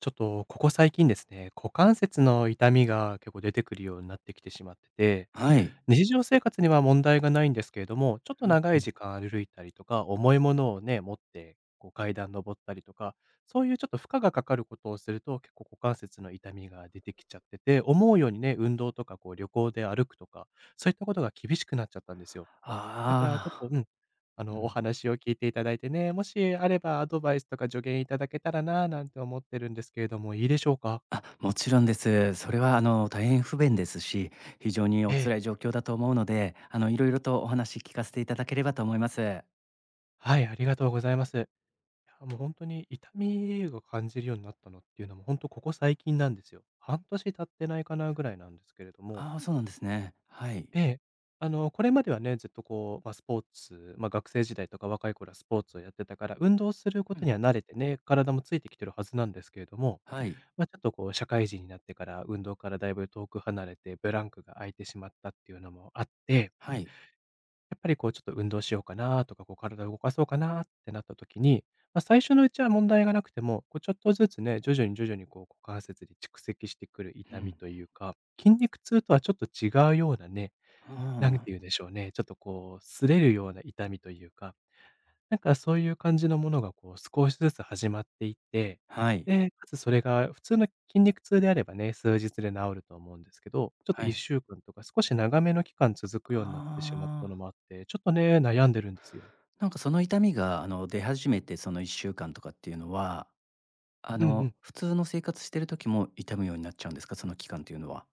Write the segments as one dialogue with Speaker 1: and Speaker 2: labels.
Speaker 1: ちょっとここ最近ですね、股関節の痛みが結構出てくるようになってきてしまってて、
Speaker 2: はい。
Speaker 1: 日常生活には問題がないんですけれども、ちょっと
Speaker 2: うん
Speaker 1: 長
Speaker 2: う
Speaker 1: い
Speaker 2: ん。
Speaker 1: 時間歩いたりとか、重いものをね、持ってこう階段登ったりとか、そういうちょっと負荷がかかることをすると、結構股関節の痛みが出てきちゃってて、思うようにね、運動とかこう旅行で歩くとか、そういったことが厳しくなっちゃったんですよ。だからちょっ
Speaker 2: あ
Speaker 1: と、
Speaker 2: あ、う
Speaker 1: お
Speaker 2: ん。
Speaker 1: 話を聞いていただいてね、もしあればアドバイスとか助言いただけたらな、なんて思ってるんですけれども、いいでしょうか？
Speaker 2: あ、もちろんです。それは大変不便ですし、非常にお
Speaker 1: ええ。
Speaker 2: 辛い状況だと思うので、いろいろとお話聞かせていただければと思います。
Speaker 1: はい、ありがとうございます。いや、もう本当に痛みを感じるようになったのっていうのも、本当ここ最近なんですよ。半年経ってないかなぐらいなんですけれども。
Speaker 2: ああ、そうなんですね。はい。
Speaker 1: ええ。あの、これまではね、ずっとこう、まあ、スポーツ、まあ、学生時代とか若い頃はスポーツをやってたから、運動するこ
Speaker 2: う
Speaker 1: と
Speaker 2: ん。
Speaker 1: には慣れてね、体もついてきてるはずなんですけれども、
Speaker 2: はい。
Speaker 1: まあ、ちょっとこう社会人になってから、運動からだいぶ遠く離れて、ブランクが空いてしまったっていうのもあって、
Speaker 2: はい。
Speaker 1: やっぱりこうちょっと運動しようかなとか、こう体を動かそうかなってなった時に、まあ、最初のうちは問題がなくても、こうちょっとずつね、徐々に徐々にこう股関節に蓄積してくる
Speaker 2: う
Speaker 1: 痛
Speaker 2: ん。
Speaker 1: みというか、筋肉痛とはちょっと違うようなね、
Speaker 2: う
Speaker 1: なん
Speaker 2: ん。
Speaker 1: ていうんでしょうね、ちょっとこう、擦れるような痛みというか、なんかそういう感じのものがこう少しずつ始まっていって、
Speaker 2: はい。
Speaker 1: で、かつそれが普通の筋肉痛であればね、数日で治ると思うんですけど、ちょっと
Speaker 2: はい。
Speaker 1: 1週間とか少し長めの期間続く
Speaker 2: あ
Speaker 1: ようになってしまったの
Speaker 2: あ、
Speaker 1: もあって、ちょっとね、悩んでるんですよ。
Speaker 2: なんかその痛みが出始めてその1週間とかっていうのは、
Speaker 1: うんうん。
Speaker 2: 普通の生活してる時も痛むようになっちゃうんですか？その期間っていうのは。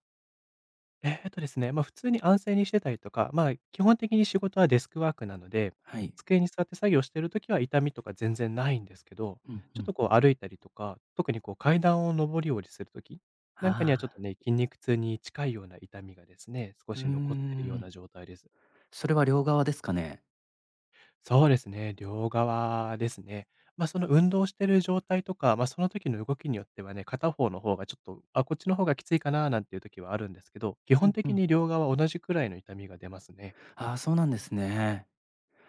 Speaker 1: ですね、普通に安静にしてたりとか、まあ、基本的に仕事はデスクワークなので、
Speaker 2: はい。
Speaker 1: 机に座って作業してる時は痛みとか全然ないんですけど、
Speaker 2: うんう
Speaker 1: ちょっ
Speaker 2: ん。
Speaker 1: とこう歩いたりとか、特にこう階段を上り下りする時なんかにはちょっ
Speaker 2: あ
Speaker 1: と
Speaker 2: あ。
Speaker 1: ね、筋肉痛に近いような痛みがですね、少
Speaker 2: うー
Speaker 1: し残ってるような
Speaker 2: ん。
Speaker 1: 状態です。
Speaker 2: それは両側ですかね？
Speaker 1: そうですね、両側ですね。まあ、その運動してる状態とか、まあ、その時の動きによってはね、片方の方がちょっと、あ、こっちの方がきついかななんていう時はあるんですけど、基
Speaker 2: う
Speaker 1: 本
Speaker 2: んう
Speaker 1: 的
Speaker 2: ん。
Speaker 1: に両側同じくらいの痛みが出ますね。
Speaker 2: ああ、そうなんですね。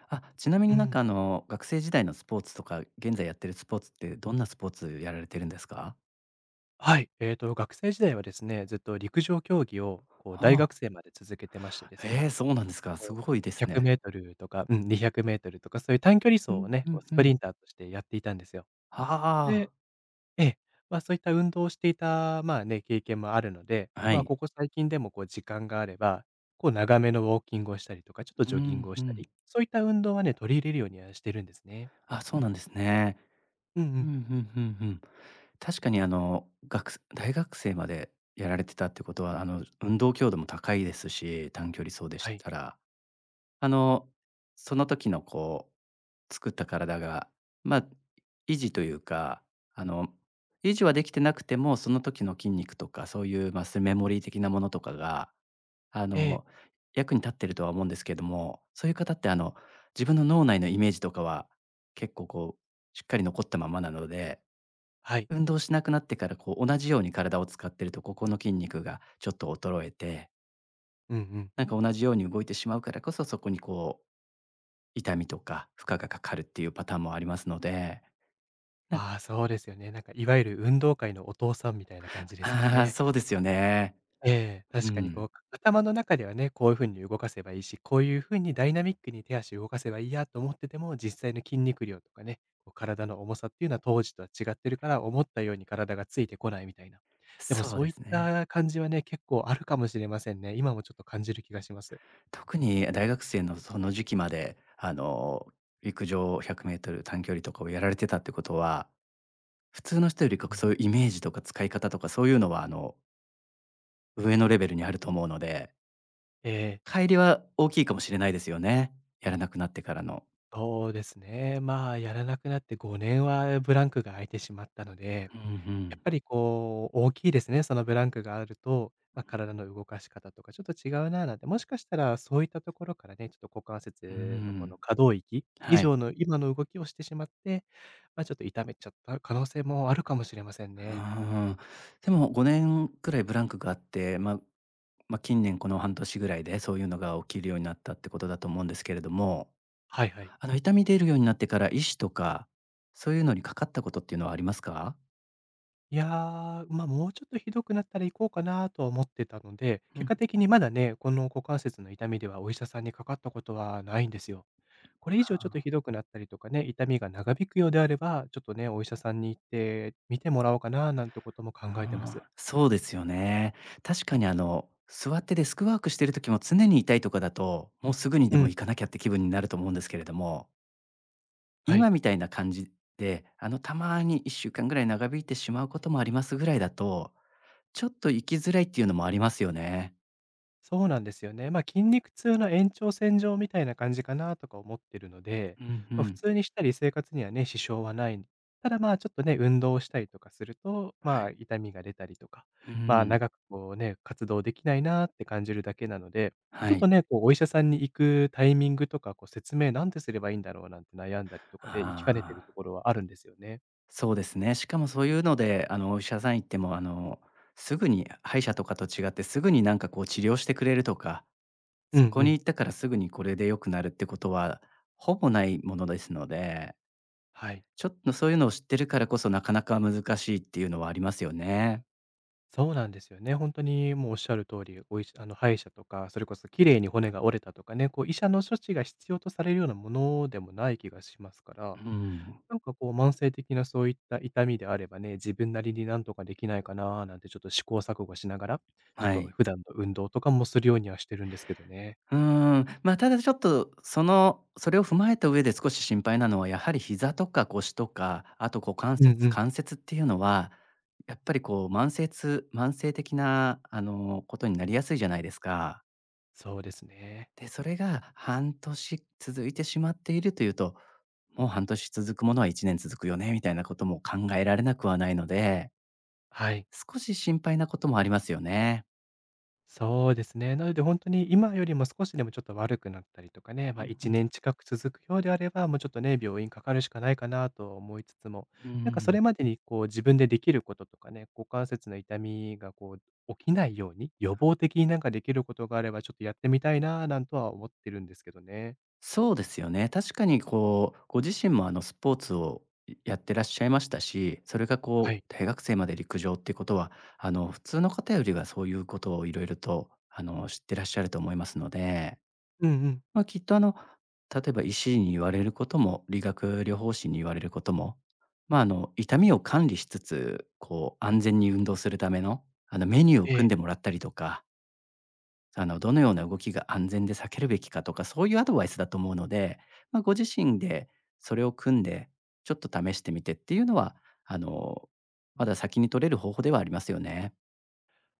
Speaker 2: あ、ちなみ
Speaker 1: う
Speaker 2: になん
Speaker 1: ん。
Speaker 2: か学生時代のスポーツとか、現在やってるスポーツってどんなスポーツやられてるんですか？
Speaker 1: はい。えっと、学生時代はですね、ずっと陸上競技をこう
Speaker 2: あ
Speaker 1: 大
Speaker 2: あ、
Speaker 1: 学生まで続けてましてです
Speaker 2: へ
Speaker 1: ね、
Speaker 2: え、そうなんですか。
Speaker 1: こ
Speaker 2: す
Speaker 1: う
Speaker 2: ごいです
Speaker 1: 1 0
Speaker 2: ね。
Speaker 1: 0ルとか、うん、2 0 0ルとかそういう短距離走
Speaker 2: う
Speaker 1: を
Speaker 2: ん
Speaker 1: ね、
Speaker 2: う
Speaker 1: こ
Speaker 2: ん
Speaker 1: うス
Speaker 2: う
Speaker 1: プ
Speaker 2: ん。
Speaker 1: リンターとしてやっていたんですよ。で
Speaker 2: あ
Speaker 1: ええ、まあ、そういった運動をしていた、まあね、経験もあるので、
Speaker 2: あ、は
Speaker 1: まあ、
Speaker 2: い。
Speaker 1: ここ最近でもこう時間があれば、こう長めのウォーキングをしたりとか、ちょっと
Speaker 2: う
Speaker 1: ジョギン
Speaker 2: ん
Speaker 1: グを
Speaker 2: う
Speaker 1: した
Speaker 2: ん。
Speaker 1: り、そういった運動はね、取り入れるようにはしてるんですね。
Speaker 2: あ、そうなんですね。
Speaker 1: うんう
Speaker 2: うんう
Speaker 1: ん。
Speaker 2: んうんうん。確かに学生大学生までやられてたってことは、運動強度も高いですし、短距離走でし
Speaker 1: はい。
Speaker 2: たら。あの、その時のこう、作った体が、まあ、維持というか、あの、維持はできてなくても、その時の筋肉とか、そういう、ま、メモリー的なものとかが、あ
Speaker 1: ええ、
Speaker 2: の、役に立ってるとは思うんですけれども、そういう方って、自分の脳内のイメージとかは、結構こう、しっかり残ったままなので、
Speaker 1: はい。
Speaker 2: 運動しなくなってから、こう、同じように体を使ってると、ここの筋肉がちょっと衰えて、
Speaker 1: うんうん。
Speaker 2: なんか同じように動いてしまうからこそ、そこにこう痛みとか負荷がかかるっていうパターンもありますので、なんか
Speaker 1: ああ、そうですよね。なんかいわゆる運動会のお父さんみたいな感じですよ
Speaker 2: ああ、
Speaker 1: ね。
Speaker 2: そうですよね。
Speaker 1: ええ、
Speaker 2: う
Speaker 1: 確かにこ
Speaker 2: ん。
Speaker 1: う、頭の中ではね、こういうふうに動かせばいいし、こういうふうにダイナミックに手足動かせばいいやと思ってても、実際の筋肉量とかね、こう体の重さっていうのは当時とは違ってるから、思ったように体がついてこないみたいな。でも
Speaker 2: そう
Speaker 1: そ
Speaker 2: で
Speaker 1: ういっ
Speaker 2: すね。
Speaker 1: た感じはね、結構あるかもしれませんね。今もちょっと感じる気がします。
Speaker 2: 特に大学生のその時期まで、陸上100メートル短距離とかをやられてたってことは、普通の人よりか
Speaker 1: う
Speaker 2: そ
Speaker 1: ん。
Speaker 2: ういうイメージとか使い方とかそういうのは、上のレベルにあると思うので、
Speaker 1: ええ、
Speaker 2: 乖離は大きいかもしれないですよね。やらなくなってからの。
Speaker 1: そうですね。まあ、やらなくなって5年はブランクが空いてしまったので
Speaker 2: うんう
Speaker 1: や
Speaker 2: ん。
Speaker 1: っぱりこう、大きいですね、そのブランクがあると、まあ、体の動かし方とかちょっと違うななんて、もしかしたらそういったところからね、ちょっと股関
Speaker 2: う
Speaker 1: 節のこ
Speaker 2: ん。
Speaker 1: の可動域以
Speaker 2: はい。
Speaker 1: 上の今の動きをしてしまって、まあ、ちょっと痛めちゃった可能性もあるかもしれませんね。
Speaker 2: ああ、でも5年くらいブランクがあって、まあ、近年この半年ぐらいでそういうのが起きるようになったってことだと思うんですけれども、
Speaker 1: はいはい。
Speaker 2: あの痛み出るようになってから、医師とか、そういうのにかかったことっていうのはありますか？
Speaker 1: いやー、もうちょっとひどくなったら行こうかなとは思ってたので、
Speaker 2: う
Speaker 1: 結
Speaker 2: ん。
Speaker 1: 果的にまだね、この股関節の痛みではお医者さんにかかったことはないんですよ。これ以上ちょっとひどくなったりとかね、痛みが長引くようであれば、ちょっとね、お医者さんに行って見てもらおうかななんてことも考えてます。
Speaker 2: あー、そうですよね。確かに座ってデスクワークしてる時も常に痛いとかだと、もうすぐにで
Speaker 1: う
Speaker 2: も
Speaker 1: ん、
Speaker 2: 行かなきゃって気分になると思うんですけれども、
Speaker 1: は
Speaker 2: 今
Speaker 1: い。
Speaker 2: みたいな感じで、あのたまに1週間ぐらい長引いてしまうこともありますぐらいだと、ちょっと行きづらいっていうのもありますよね。
Speaker 1: そうなんですよね。まあ、筋肉痛の延長線上みたいな感じかなとか思ってるので、
Speaker 2: うんう
Speaker 1: まあ、普
Speaker 2: ん。
Speaker 1: 通にしたり生活にはね、支障はない。ただまあちょっとね、運動をしたりとかすると、
Speaker 2: は
Speaker 1: まあ
Speaker 2: い。
Speaker 1: 痛みが出たりとか、
Speaker 2: う
Speaker 1: まあ
Speaker 2: ん。
Speaker 1: 長くこうね、活動できないなって感じるだけなので、ち
Speaker 2: は
Speaker 1: ょっ
Speaker 2: い。
Speaker 1: とね、こうお医者さんに行くタイミングとか、こう説明なんてすればいいんだろうなんて悩んだりとかで行きかねて
Speaker 2: あ
Speaker 1: る
Speaker 2: あ、
Speaker 1: ところはあるんですよね。
Speaker 2: そうですね。しかもそういうので、お医者さん行っても、すぐに歯医者とかと違って、すぐになんかこう治療してくれるとか、
Speaker 1: うんう
Speaker 2: そこに
Speaker 1: ん。
Speaker 2: 行ったからすぐにこれで良くなるってことは、ほぼないものですので、
Speaker 1: はい。
Speaker 2: ちょっとそういうのを知ってるからこそ、なかなか難しいっていうのはありますよね。
Speaker 1: そうなんですよね。本当にもうおっしゃる通り、お医者あの、歯医者とか、それこそ綺麗に骨が折れたとかね、こう医者の処置が必要とされるようなものでもない気がしますか
Speaker 2: う
Speaker 1: ら、
Speaker 2: ん。
Speaker 1: なんかこう慢性的なそういった痛みであればね、自分なりになんとかできないかななんてちょっと試行錯誤しながら、ちょっ
Speaker 2: は
Speaker 1: と
Speaker 2: い。
Speaker 1: 普段の運動とかもするようにはしてるんですけどね。
Speaker 2: うーん、まあ、ただちょっと、その、それを踏まえた上で少し心配なのは、やはり膝とか腰とか、あと股関
Speaker 1: うんう
Speaker 2: 節、
Speaker 1: ん。
Speaker 2: 関節っていうのは、やっぱりこう慢性痛慢性的な、ことになりやすいじゃないですか。
Speaker 1: そうですね。
Speaker 2: で、それが半年続いてしまっているというと、もう半年続くものは1年続くよねみたいなことも考えられなくはないので、
Speaker 1: はい。
Speaker 2: 少し心配なこともありますよね。
Speaker 1: そうですね。なので本当に今よりも少しでもちょっと悪くなったりとかね、まあ、
Speaker 2: う
Speaker 1: 1
Speaker 2: んうん。
Speaker 1: 年近く続くようであれば、もうちょっとね、病院かかるしかないかなと思いつつも、
Speaker 2: う
Speaker 1: なんかそ
Speaker 2: ん。
Speaker 1: れまでにこう自分でできることとかね、股関節の痛みがこう起きないように、予防的になんかできることがあればちょっとやってみたいななんとは思ってるんですけどね。
Speaker 2: そうですよね。確かにこう、ご自身もあのスポーツをやってらっしゃいましたし、それが
Speaker 1: は
Speaker 2: こう、
Speaker 1: い。
Speaker 2: 大学生まで陸上っていうことは、普通の方よりはそういうことをいろいろと、知ってらっしゃると思いますので、
Speaker 1: うんうん。
Speaker 2: まあ、きっと例えば医師に言われることも、理学療法士に言われることも、まあ、痛みを管理しつつ、こう、安全に運動するための、メニューを
Speaker 1: え
Speaker 2: 組ん
Speaker 1: え。
Speaker 2: でもらったりとか、どのような動きが安全で避けるべきかとか、そういうアドバイスだと思うので、まあ、ご自身でそれを組んで、ちょっと試してみてっていうのは、あの、まだ先に取れる方法ではありますよね。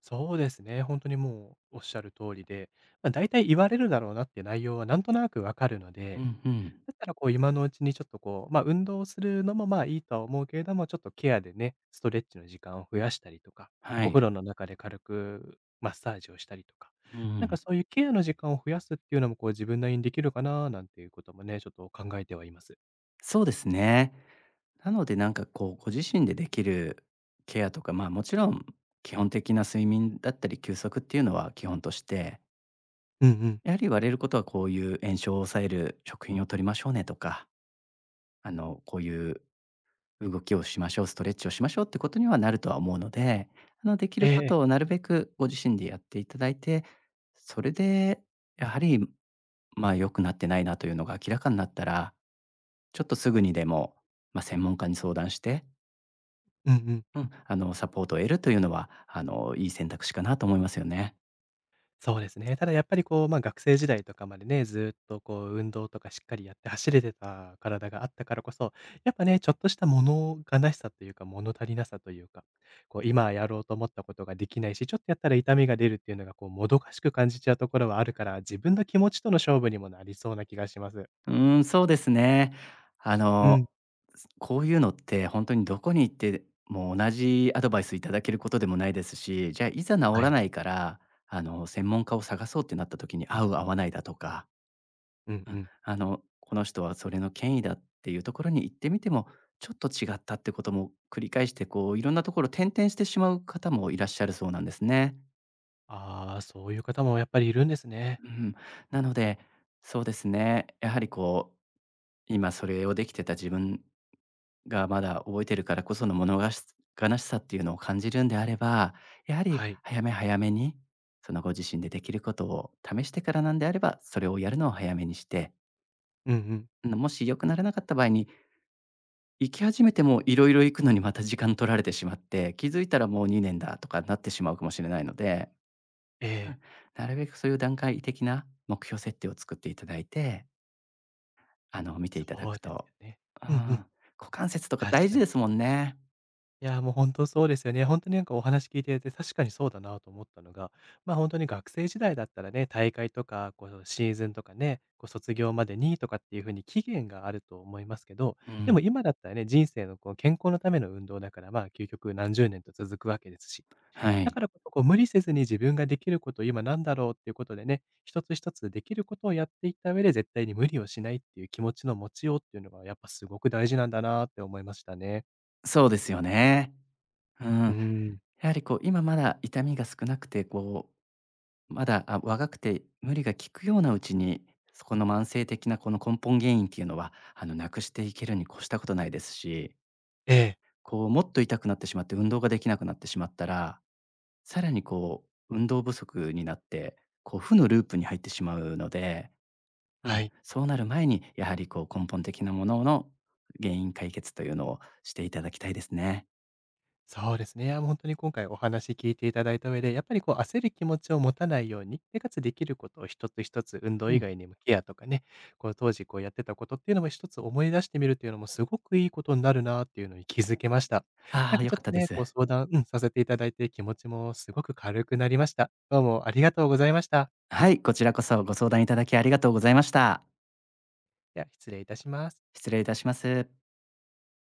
Speaker 1: そうですね。本当にもうおっしゃる通りで、まあ、大体言われるだろうなって内容はなんとなくわかるの
Speaker 2: う
Speaker 1: で
Speaker 2: んうん。
Speaker 1: だったらこう今のうちにちょっとこう、運動するのもまあいいとは思うけれども、ちょっとケアでね、ストレッチの時間を増やしたりとか、
Speaker 2: は
Speaker 1: お風
Speaker 2: い。
Speaker 1: 呂の中で軽くマッサージをしたりとか、
Speaker 2: う
Speaker 1: なんか
Speaker 2: ん、
Speaker 1: そういうケアの時間を増やすっていうのもこう自分なりにできるかななんていうこともね、ちょっと考えてはいます。
Speaker 2: そうですね。なのでなんかこう、ご自身でできるケアとか、ま、もちろん基本的な睡眠だったり休息っていうのは基本として、
Speaker 1: うんうん。
Speaker 2: やはり言われることはこういう炎症を抑える食品を取りましょうねとか、こういう動きをしましょう、ストレッチをしましょうってことにはなるとは思うので、でき
Speaker 1: え
Speaker 2: る
Speaker 1: え
Speaker 2: こと
Speaker 1: え。
Speaker 2: をなるべくご自身でやっていただいて、それでやはり、まあ、良くなってないなというのが明らかになったら、ちょっとすぐにでも、まあ、専門家に相談して、
Speaker 1: うんうん。
Speaker 2: うん、サポートを得るというのは、いい選択肢かなと思いますよね。
Speaker 1: そうですね。ただやっぱりこう、ま学生時代とかまでね、ずーっとこう運動とかしっかりやって走れてた体があったからこそ、やっぱね、ちょっとした物悲しさというか、物足りなさというか、こう今やろうと思ったことができないし、ちょっとやったら痛みが出るっていうのがこうもどかしく感じちゃうところはあるから、自分の気持ちとの勝負にもなりそうな気がします。
Speaker 2: うーん、そうですね。あ
Speaker 1: う
Speaker 2: の、
Speaker 1: ん。
Speaker 2: こういうのって本当にどこに行っても同じアドバイスいただけることでもないですし、じゃあ、いざ治
Speaker 1: は
Speaker 2: ら
Speaker 1: い。
Speaker 2: ないから、専門家を探そうってなった時に合う合わないだとか、
Speaker 1: うん
Speaker 2: う
Speaker 1: う
Speaker 2: ん、
Speaker 1: ん。
Speaker 2: この人はそれの権威だっていうところに行ってみても、ちょっと違ったってことも繰り返して、こう、いろんなところ転々してしまう方もいらっしゃるそうなんですね。
Speaker 1: ああ、そういう方もやっぱりいるんですね。
Speaker 2: うん。なので、そうですね、やはりこう、今それをできてた自分がまだ覚えてるからこその物がし悲しさっていうのを感じるんであれば、やはり
Speaker 1: はい。
Speaker 2: 早め早めに、そのご自身でできることを試してからなんであれば、それをやるのを早めにして、
Speaker 1: うんうん。
Speaker 2: うん、もし良くならなかった場合に、行き始めてもいろいろ行くのにまた時間取られてしまって、気づいたらもう2年だとかなってしまうかもしれないので、
Speaker 1: え
Speaker 2: う
Speaker 1: え。
Speaker 2: ん、なるべくそういう段階的な目標設定を作っていただいて、見て
Speaker 1: そ
Speaker 2: いただく
Speaker 1: うです
Speaker 2: と。
Speaker 1: よね。
Speaker 2: うん、
Speaker 1: うんうん。
Speaker 2: 股関節とか
Speaker 1: 確
Speaker 2: 大
Speaker 1: か
Speaker 2: 事
Speaker 1: に。
Speaker 2: ですもんね。
Speaker 1: いやー、もう本当そうですよね。本当になんかお話聞いていて、確かにそうだなと思ったのが、まあ本当に学生時代だったらね、大会とか、こうシーズンとかね、こう卒業までにとかっていうふうに期限があると思いますけど、
Speaker 2: う
Speaker 1: で
Speaker 2: ん。
Speaker 1: も今だったらね、人生のこう健康のための運動だから、まあ究極何十年と続くわけですし、
Speaker 2: は
Speaker 1: だ
Speaker 2: い。
Speaker 1: からこそこう無理せずに自分ができること今なんだろうっていうことでね、一つ一つできることをやっていった上で絶対に無理をしないっていう気持ちの持ちようっていうのがやっぱすごく大事なんだなって思いましたね。
Speaker 2: そうですよね。う
Speaker 1: う
Speaker 2: ん。
Speaker 1: ん。
Speaker 2: やはりこう、今まだ痛みが少なくて、こう、まだ、あ、若くて無理が効くようなうちに、そこの慢性的なこの根本原因っていうのは、なくしていけるに越したことないですし、
Speaker 1: ええ。
Speaker 2: こう、もっと痛くなってしまって運動ができなくなってしまったら、さらにこう、運動不足になって、こう、負のループに入ってしまうので、う
Speaker 1: は
Speaker 2: ん、
Speaker 1: い。
Speaker 2: そうなる前に、やはりこう、根本的なものの原因解決というのをしていただきたいですね。
Speaker 1: そうですね。あの、ほに今回お話聞いていただいた上で、やっぱりこう焦る気持ちを持たないように、で、かつできることを一つ一つ、運動
Speaker 2: う
Speaker 1: 以
Speaker 2: ん。
Speaker 1: 外にもケアとかね、こう当時こうやってたことっていうのも一つ思い出してみるっていうのもすごくいいことになるなっていうのに気づけました。
Speaker 2: あ
Speaker 1: なん
Speaker 2: あ、
Speaker 1: か
Speaker 2: 良
Speaker 1: ちょっ
Speaker 2: かっ
Speaker 1: と
Speaker 2: たで
Speaker 1: ね、
Speaker 2: す。
Speaker 1: こう相談、させていただいて気持ちもすごく軽くなりました。どうもありがとうございました。
Speaker 2: はい、こちらこそご相談いただきありがとうございました。
Speaker 1: では失礼いたします。
Speaker 2: 失礼いたします。